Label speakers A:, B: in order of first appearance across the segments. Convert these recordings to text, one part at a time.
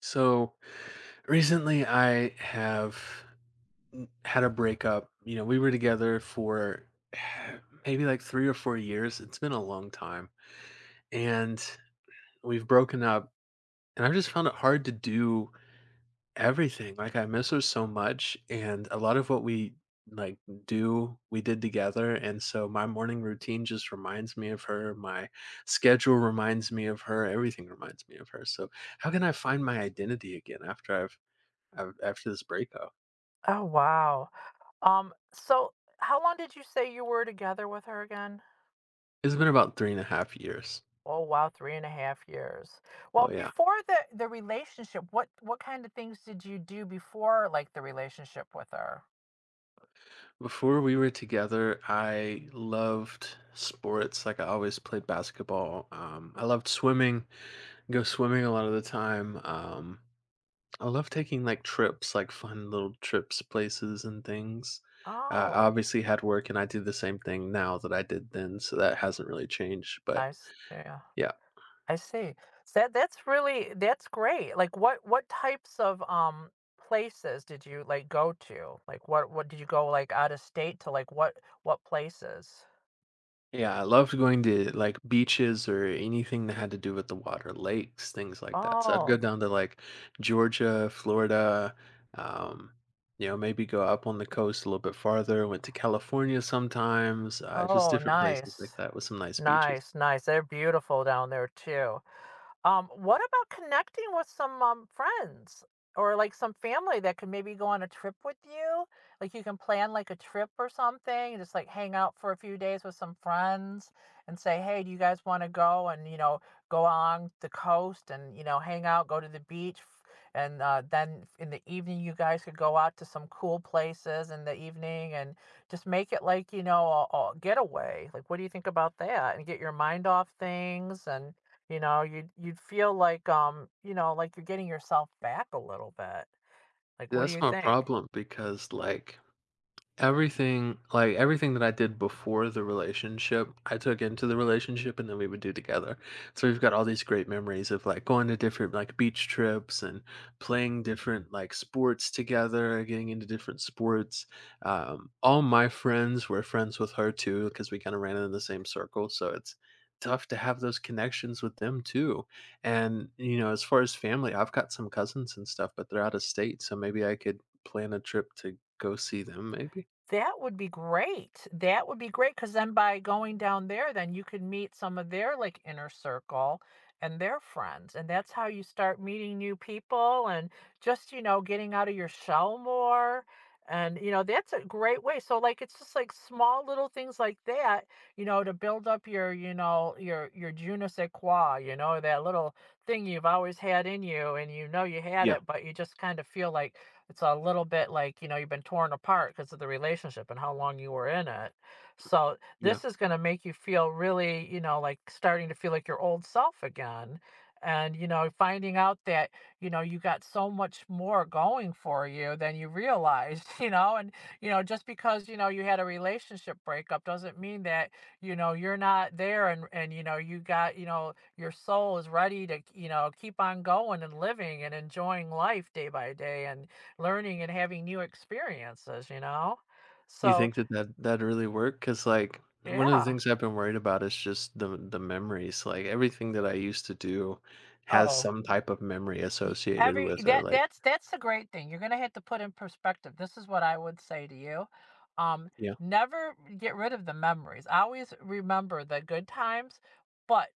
A: So recently I have had a breakup. You know, we were together for maybe like 3 or 4 years. It's been a long time. And we've broken up. And I've just found it hard to do everything. Like I miss her so much. And a lot of what we like do, we did together. And so my morning routine just reminds me of her. My schedule reminds me of her. Everything reminds me of her. So how can I find my identity again after after this breakup.
B: Oh, wow. So how long did you say you were together with her again?
A: It's been about three and a half years.
B: Oh, wow, three and a half years. Well,
A: Oh yeah.
B: before the relationship, what kind of things did you do before like the relationship with her?
A: Before we were together, I loved sports. Like I always played basketball. I loved swimming. Go swimming a lot of the time. I love taking like trips, like fun little trips, places and things. I
B: Oh,
A: obviously had work, and I do the same thing now that I did then, so that hasn't really changed. But
B: yeah,
A: yeah,
B: I see. So that's really that's great. Like what types of places did you like go to? Like what did you go like out of state to like what places?
A: yeah, I loved going to, like, beaches or anything that had to do with the water, lakes, things like that, so I'd
B: Oh,
A: go
B: th-
A: down to, like, Georgia, Florida, um, you know, maybe go up on the coast a little bit farther, went to California sometimes, just
B: oh,
A: different places like
B: nice.
A: that with some nice beaches.
B: Nice. They're beautiful down there too. What about connecting with some friends or like some family that could maybe go on a trip with you? Like you can plan like a trip or something, and just like hang out for a few days with some friends and say, hey, do you guys want to go and, you know, go on the coast and, you know, hang out, go to the beach. And then in the evening, you guys could go out to some cool places in the evening and just make it like, you know, a getaway. Like, what do you think about that? And get your mind off things and, you know, you'd feel like, you know, like you're getting yourself back a little bit. Like,
A: Yeah,
B: what do
A: that's
B: you
A: my
B: think?
A: problem because, like everything like, everything that I did before the relationship, I took into the relationship and then we would do together. So we've got all these great memories of, like, going to different, like, beach trips and playing different, like, sports together, getting into different sports. All my friends were friends with her too because we kinda ran in the same circle, so it's tough to have those connections with them too. And, you know, as far as family, I've got some cousins and stuff, but they're out of state, so maybe I could plan a trip to go see them, maybe?
B: That would be great. That would be great, because then by going down there, then you could meet some of their, like, inner circle and their friends, and that's how you start meeting new people and just, you know, getting out of your shell more, and, you know, that's a great way. So, like, it's just, like, small little things like that, you know, to build up your, you know, your je ne sais quoi, you know, that little thing you've always had in you and you know you had
A: Yeah,
B: it, but you just kind of feel like, it's a little bit like you know you've been torn apart because of the relationship and how long you were in it, so
A: yeah.
B: this is going to make you feel really, you know, like starting to feel like your old self again. And you know finding out that you know you got so much more going for you than you realized you know. And you know just because you know you had a relationship breakup doesn't mean that, you know, you're not there. And you know you got, you know, your soul is ready to, you know, keep on going and living and enjoying life day by day and learning and having new experiences, you know?
A: You
B: So,
A: think that that really work? Cause like, one of the
B: yeah.
A: things I've been worried about is just the memories, like, everything that I used to do has
B: Oh.
A: some type of memory
B: Y-
A: associated
B: every
A: with it,
B: that
A: like
B: that's that's the great thing. You're going to have to put in perspective, this is what I would say to you, um,
A: yeah,
B: never get rid of the memories. Always remember the good times, but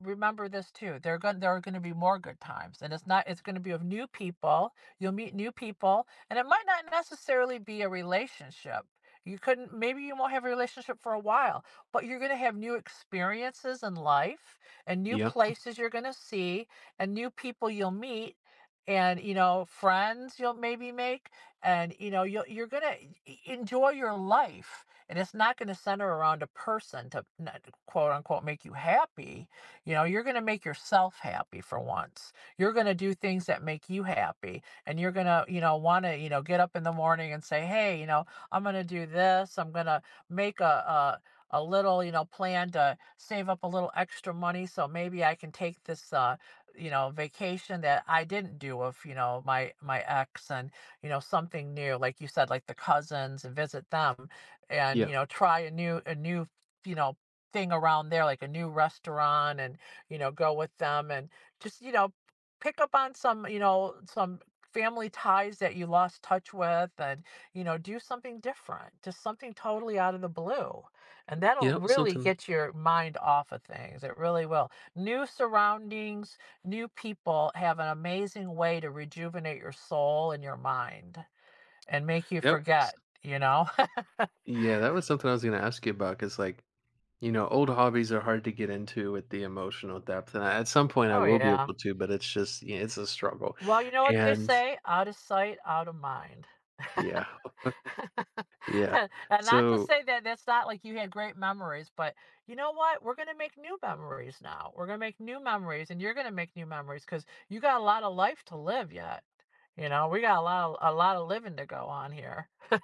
B: remember this too: there are going, there are going to be more good times, and it's not, it's going to be of new people. You'll meet new people, and it might not necessarily be a relationship. You couldn't, maybe you won't have a relationship for a while, but you're going to have new experiences in life and new
A: yeah,
B: places you're going to see and new people you'll meet. And you know friends you'll maybe make. And you know you're gonna enjoy your life, and it's not gonna center around a person to quote unquote make you happy. You know, you're gonna make yourself happy for once. You're gonna do things that make you happy, and you're gonna, you know, wanna, you know, get up in the morning and say, hey, you know, I'm gonna do this. I'm gonna make a little, you know, plan to save up a little extra money so maybe I can take this, uh, you know, vacation that I didn't do with, you know, my ex. And you know something new like you said, like the cousins, and visit them. And
A: yeah.
B: you know try a new, you know, thing around there, like a new restaurant, and you know go with them and just you know pick up on some, you know, some family ties that you lost touch with. And you know do something different, just something totally out of the blue, and that'll
A: Yeah, it was
B: really
A: something.
B: get your mind off of things. It really will. New surroundings, new people have an amazing way to rejuvenate your soul and your mind and make you
A: Yep,
B: forget, you know?
A: yeah, that was something I was gonna ask you about. Cause like, you know, old hobbies are hard to get into with the emotional depth, and I at some point I
B: Oh,
A: will be
B: yeah.
A: able to, but it's just yeah, it's a struggle,
B: Well, you know what they
A: and
B: say? Out of sight, out of mind.
A: yeah, yeah.
B: And not to
A: So
B: say that that's not like you had great memories, but you know what? We're going to make new memories now. We're going to make new memories, and you're going to make new memories because you got a lot of life to live yet. You know, we got a lot of living to go on here.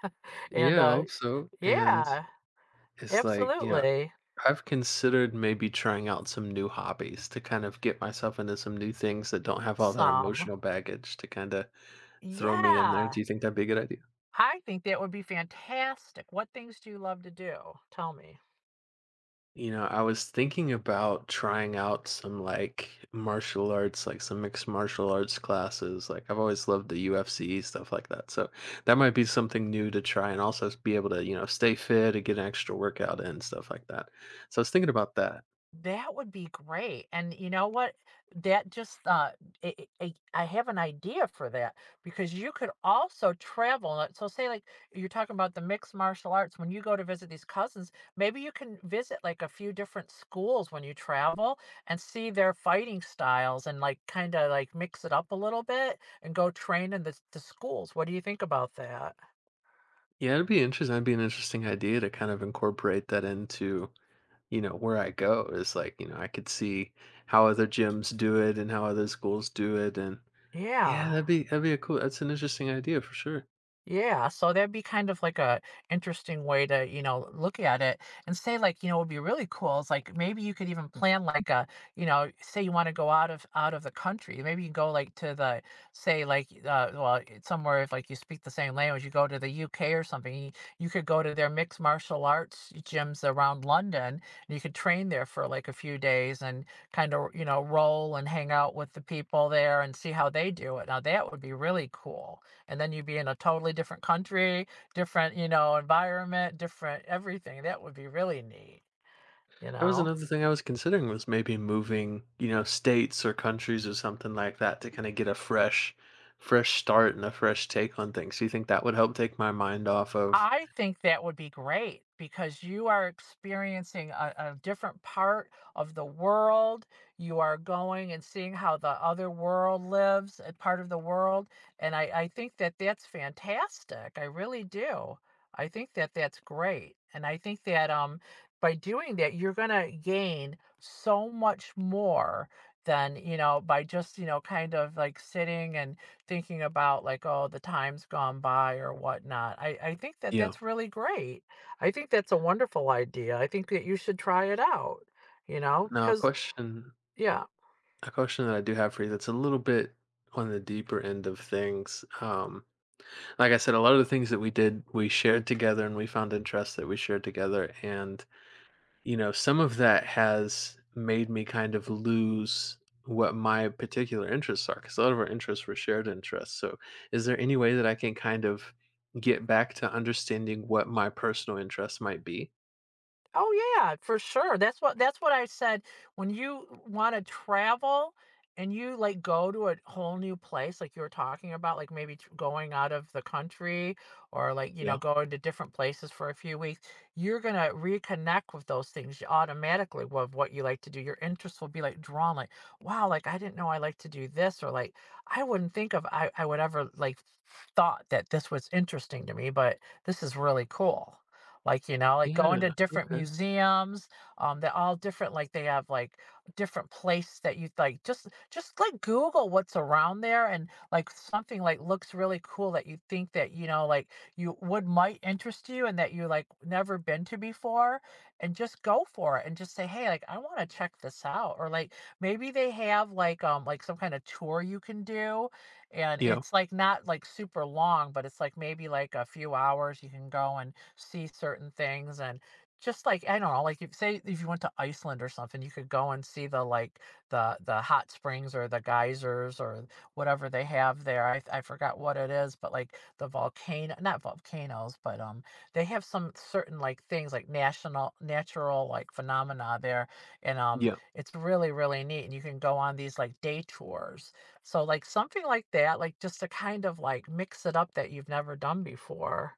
B: And
A: yeah, I hope so, and
B: yeah.
A: it's like, you know,
B: Absolutely.
A: I've considered maybe trying out some new hobbies to kind of get myself into some new things that don't have all that
B: Some.
A: emotional baggage to kind of throw me in there.
B: Yeah.
A: Do you think that'd be a good idea?
B: I think that would be fantastic. What things do you love to do? Tell me.
A: You know, I was thinking about trying out some like martial arts, like some mixed martial arts classes. Like I've always loved the UFC, stuff like that. So that might be something new to try and also be able to, you know, stay fit and get an extra workout in, stuff like that. So I was thinking about that.
B: That would be great, and you know what? That just, i i i I have an idea for that, because you could also travel, like, so say, like, you're talking about the mixed martial arts, when you go to visit these cousins, maybe you can visit, like, a few different schools when you travel and see their fighting styles and, like, kinda, like, mix it up a little bit and go train in the schools. What do you think about that?
A: Yeah, it'd be interesting. That'd be an interesting idea to kind of incorporate that into you know, where I go is like, you know, I could see how other gyms do it and how other schools do it and yeah,
B: Yeah.
A: that'd be a cool that's an interesting idea for sure.
B: Yeah, so that'd be kind of like a interesting way to, you know, look at it and say like, you know, would be really cool is like maybe you could even plan like you know, say you want to go out of the country. Maybe you go like to the, say, like, uh, well, it's somewhere if like you speak the same language, you go to the UK or something. You could go to their mixed martial arts gyms around London, and you could train there for like a few days and kind of, you know, roll and hang out with the people there and see how they do it. Now that would be really cool, and then you'd be in a totally different country, different, you know, environment, different everything. That would be really neat, you
A: That was
B: know?
A: another thing I was considering was maybe moving, you know, states or countries or something like that to kind of get a fresh start and a fresh take on things. Do you think that would help take my mind off of
B: I think that would be great because you are experiencing a different part of the world. You are going and seeing how the other world lives, a part of the world. And I think that that's fantastic. I really do. I think that that's great. And I think that, by doing that, you're going to gain so much more than, you know, by just, you know, kind of like sitting and thinking about like, oh, the time's gone by or whatnot. I think that
A: yeah.
B: that's really great. I think that's a wonderful idea. I think that you should try it out, you know,
A: Now
B: because yeah.
A: a question that I do have for you that's a little bit on the deeper end of things. Like I said, a lot of the things that we did, we shared together and we found interests that we shared together. And, you know, some of that has made me kind of lose what my particular interests are because a lot of our interests were shared interests. So, is there any way that I can kind of get back to understanding what my personal interests might be?
B: Oh yeah, for sure. That's what I said. When you want to travel and you like go to a whole new place, like you were talking about, like maybe going out of the country, or like you know
A: Yeah.
B: going to different places for a few weeks, you're gonna reconnect with those things automatically with what you like to do. Your interests will be like drawn, like wow, like I didn't know I like to do this, or like I wouldn't think of, I would ever like thought that this was interesting to me, but this is really cool. Like, you know, like going to
A: Yeah.
B: different
A: Okay.
B: museums, they're all different. Like they have like different place that you like, just like Google what's around there, and like something like looks really cool that you think that, you know, like you would might interest you and that you like never been to before, and just go for it and just say, hey, like I want to check this out. Or like maybe they have like some kind of tour you can do, and
A: Yeah.
B: it's like not like super long, but it's like maybe like a few hours you can go and see certain things. And just like I don't know, like if say if you went to Iceland or something, you could go and see the like the hot springs or the geysers or whatever they have there. I forgot what it is, but like the volcano, not volcanoes, but they have some certain like things like national natural like phenomena there, and
A: Yeah.
B: it's really neat, and you can go on these like day tours. So like something like that, like just to kind of like mix it up that you've never done before,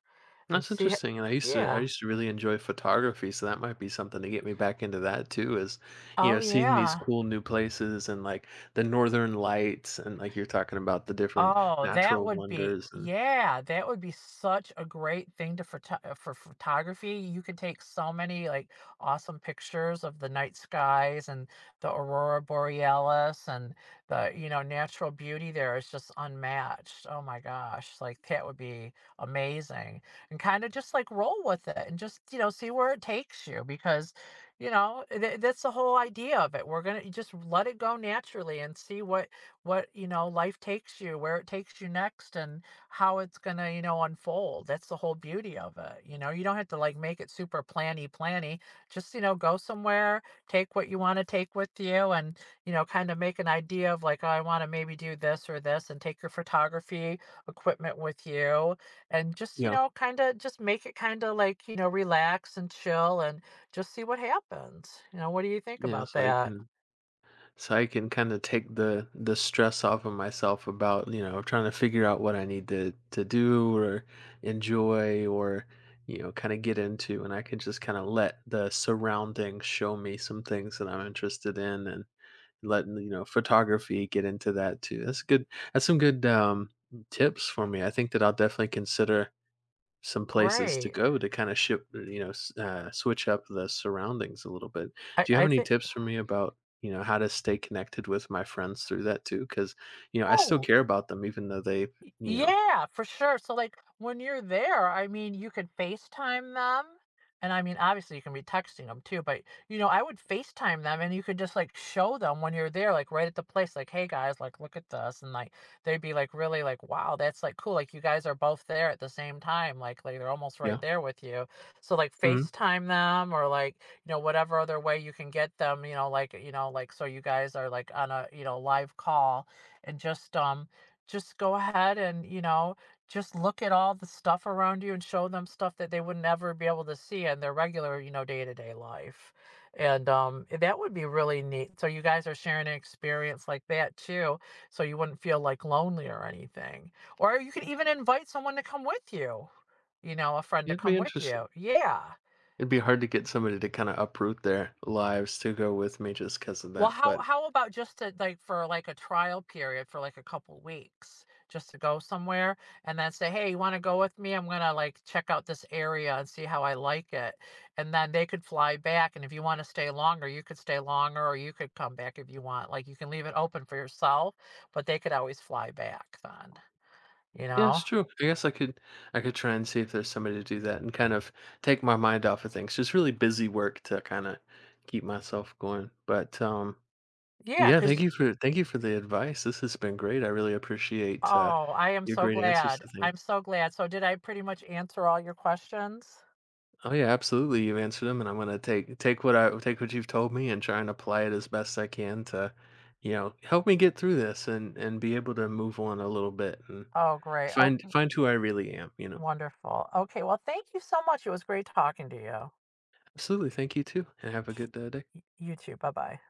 B: and
A: That's
B: see
A: interesting, and I
B: yeah.
A: used to really enjoy photography, so that might be something to get me back into that too, is, you
B: Oh,
A: know, seeing these
B: yeah.
A: cool new places and, like, the northern lights and, like, you're talking about the different
B: Oh, that
A: natural
B: would be
A: wonders and
B: yeah, that would be such a great thing to photo for photography. You could take so many, like, awesome pictures of the night skies and the aurora borealis and the, you know, natural beauty there is just unmatched. Oh my gosh, like, that would be amazing, and kinda just, like, roll with it and just, you know, see where it takes you because, you know, that's the whole idea of it. We're gonna You just let it go naturally and see what, you know, life takes you, where it takes you next, and how it's gonna, you know, unfold. That's the whole beauty of it. You know, you don't have to like make it super planny planny. Just, you know, go somewhere, take what you want to take with you, and, you know, kind of make an idea of like, oh, I want to maybe do this or this, and take your photography equipment with you. And just, you
A: yeah,
B: know, kind of just make it kind of like, you know, relax and chill and just see what happens. You know, what do you think
A: yeah,
B: about that?
A: so I can kinda take the stress off of myself about, you know, trying to figure out what I need to do or enjoy or, you know, kinda get into, and I can just kinda let the surroundings show me some things that I'm interested in and letting you know photography get into that too. That's good. That's some good tips for me. I think that I'll definitely consider some places to
B: Great.
A: go to kind of ship, you know, switch up the surroundings a little bit.
B: I,
A: Do you have
B: I
A: any
B: think,
A: tips for me about you know how to stay connected with my friends through that too? Because you know I still
B: oh.
A: care about them even though they
B: Y
A: you know
B: Yeah, for sure. So, like, when you're there, I mean, you could FaceTime them, and, I mean, obviously, you can be texting them too, but, you know, I would FaceTime them, and you could just, like, show them when you're there, like, right at the place, like, "Hey, guys, like, look at this," and, like, they'd be, like, really, like, "Wow, that's, like, cool," like, you guys are both there at the same time, like, they're almost right
A: yeah.
B: there with you. So, like,
A: Hmm.
B: FaceTime them or, like, you know, whatever other way you can get them, you know, like, so you guys are, like, on a, you know, live call and just go ahead and, you know, just look at all the stuff around you and show them stuff that they would never be able to see in their regular, you know, day-to-day life. And that would be really neat. So you guys are sharing an experience like that too, so you wouldn't feel like lonely or anything. Or you could even invite someone to come with you. You know, a friend to
A: It'd be
B: come with you.
A: interesting.
B: Yeah.
A: It'd be hard to get somebody to kind of uproot their lives to go with me just because of
B: Well,
A: that.
B: how
A: But
B: how about just to, like, for, like, a trial period for, like, a couple weeks, just to go somewhere and then say, "Hey, you wanna go with me? I'm gonna, like, check out this area and see how I like it." And then they could fly back, and if you wanna stay longer, you could stay longer, or you could come back if you want. Like, you can leave it open for yourself, but they could always fly back then, you
A: yeah, it's
B: know?
A: true. I guess I could try and see if there's somebody to do that and kind of take my mind off of things. Just really busy work to kind of keep myself going. But
B: Yeah.
A: yeah,
B: Cause
A: thank you for the advice. This has been great. I really appreciate
B: oh, I am
A: your
B: so
A: great answers
B: glad.
A: to
B: I'm
A: things.
B: so glad. So did I pretty much answer all your questions?
A: Oh yeah, absolutely. You've answered them and I'm going to take what you've told me and try and apply it as best I can to you know, help me get through this and be able to move on a little bit and
B: Oh, great. Okay.
A: find who I really am, you know.
B: Wonderful. Okay, well, thank you so much. It was great talking to you.
A: Absolutely. Thank you too. And have a good day.
B: You too. Bye bye.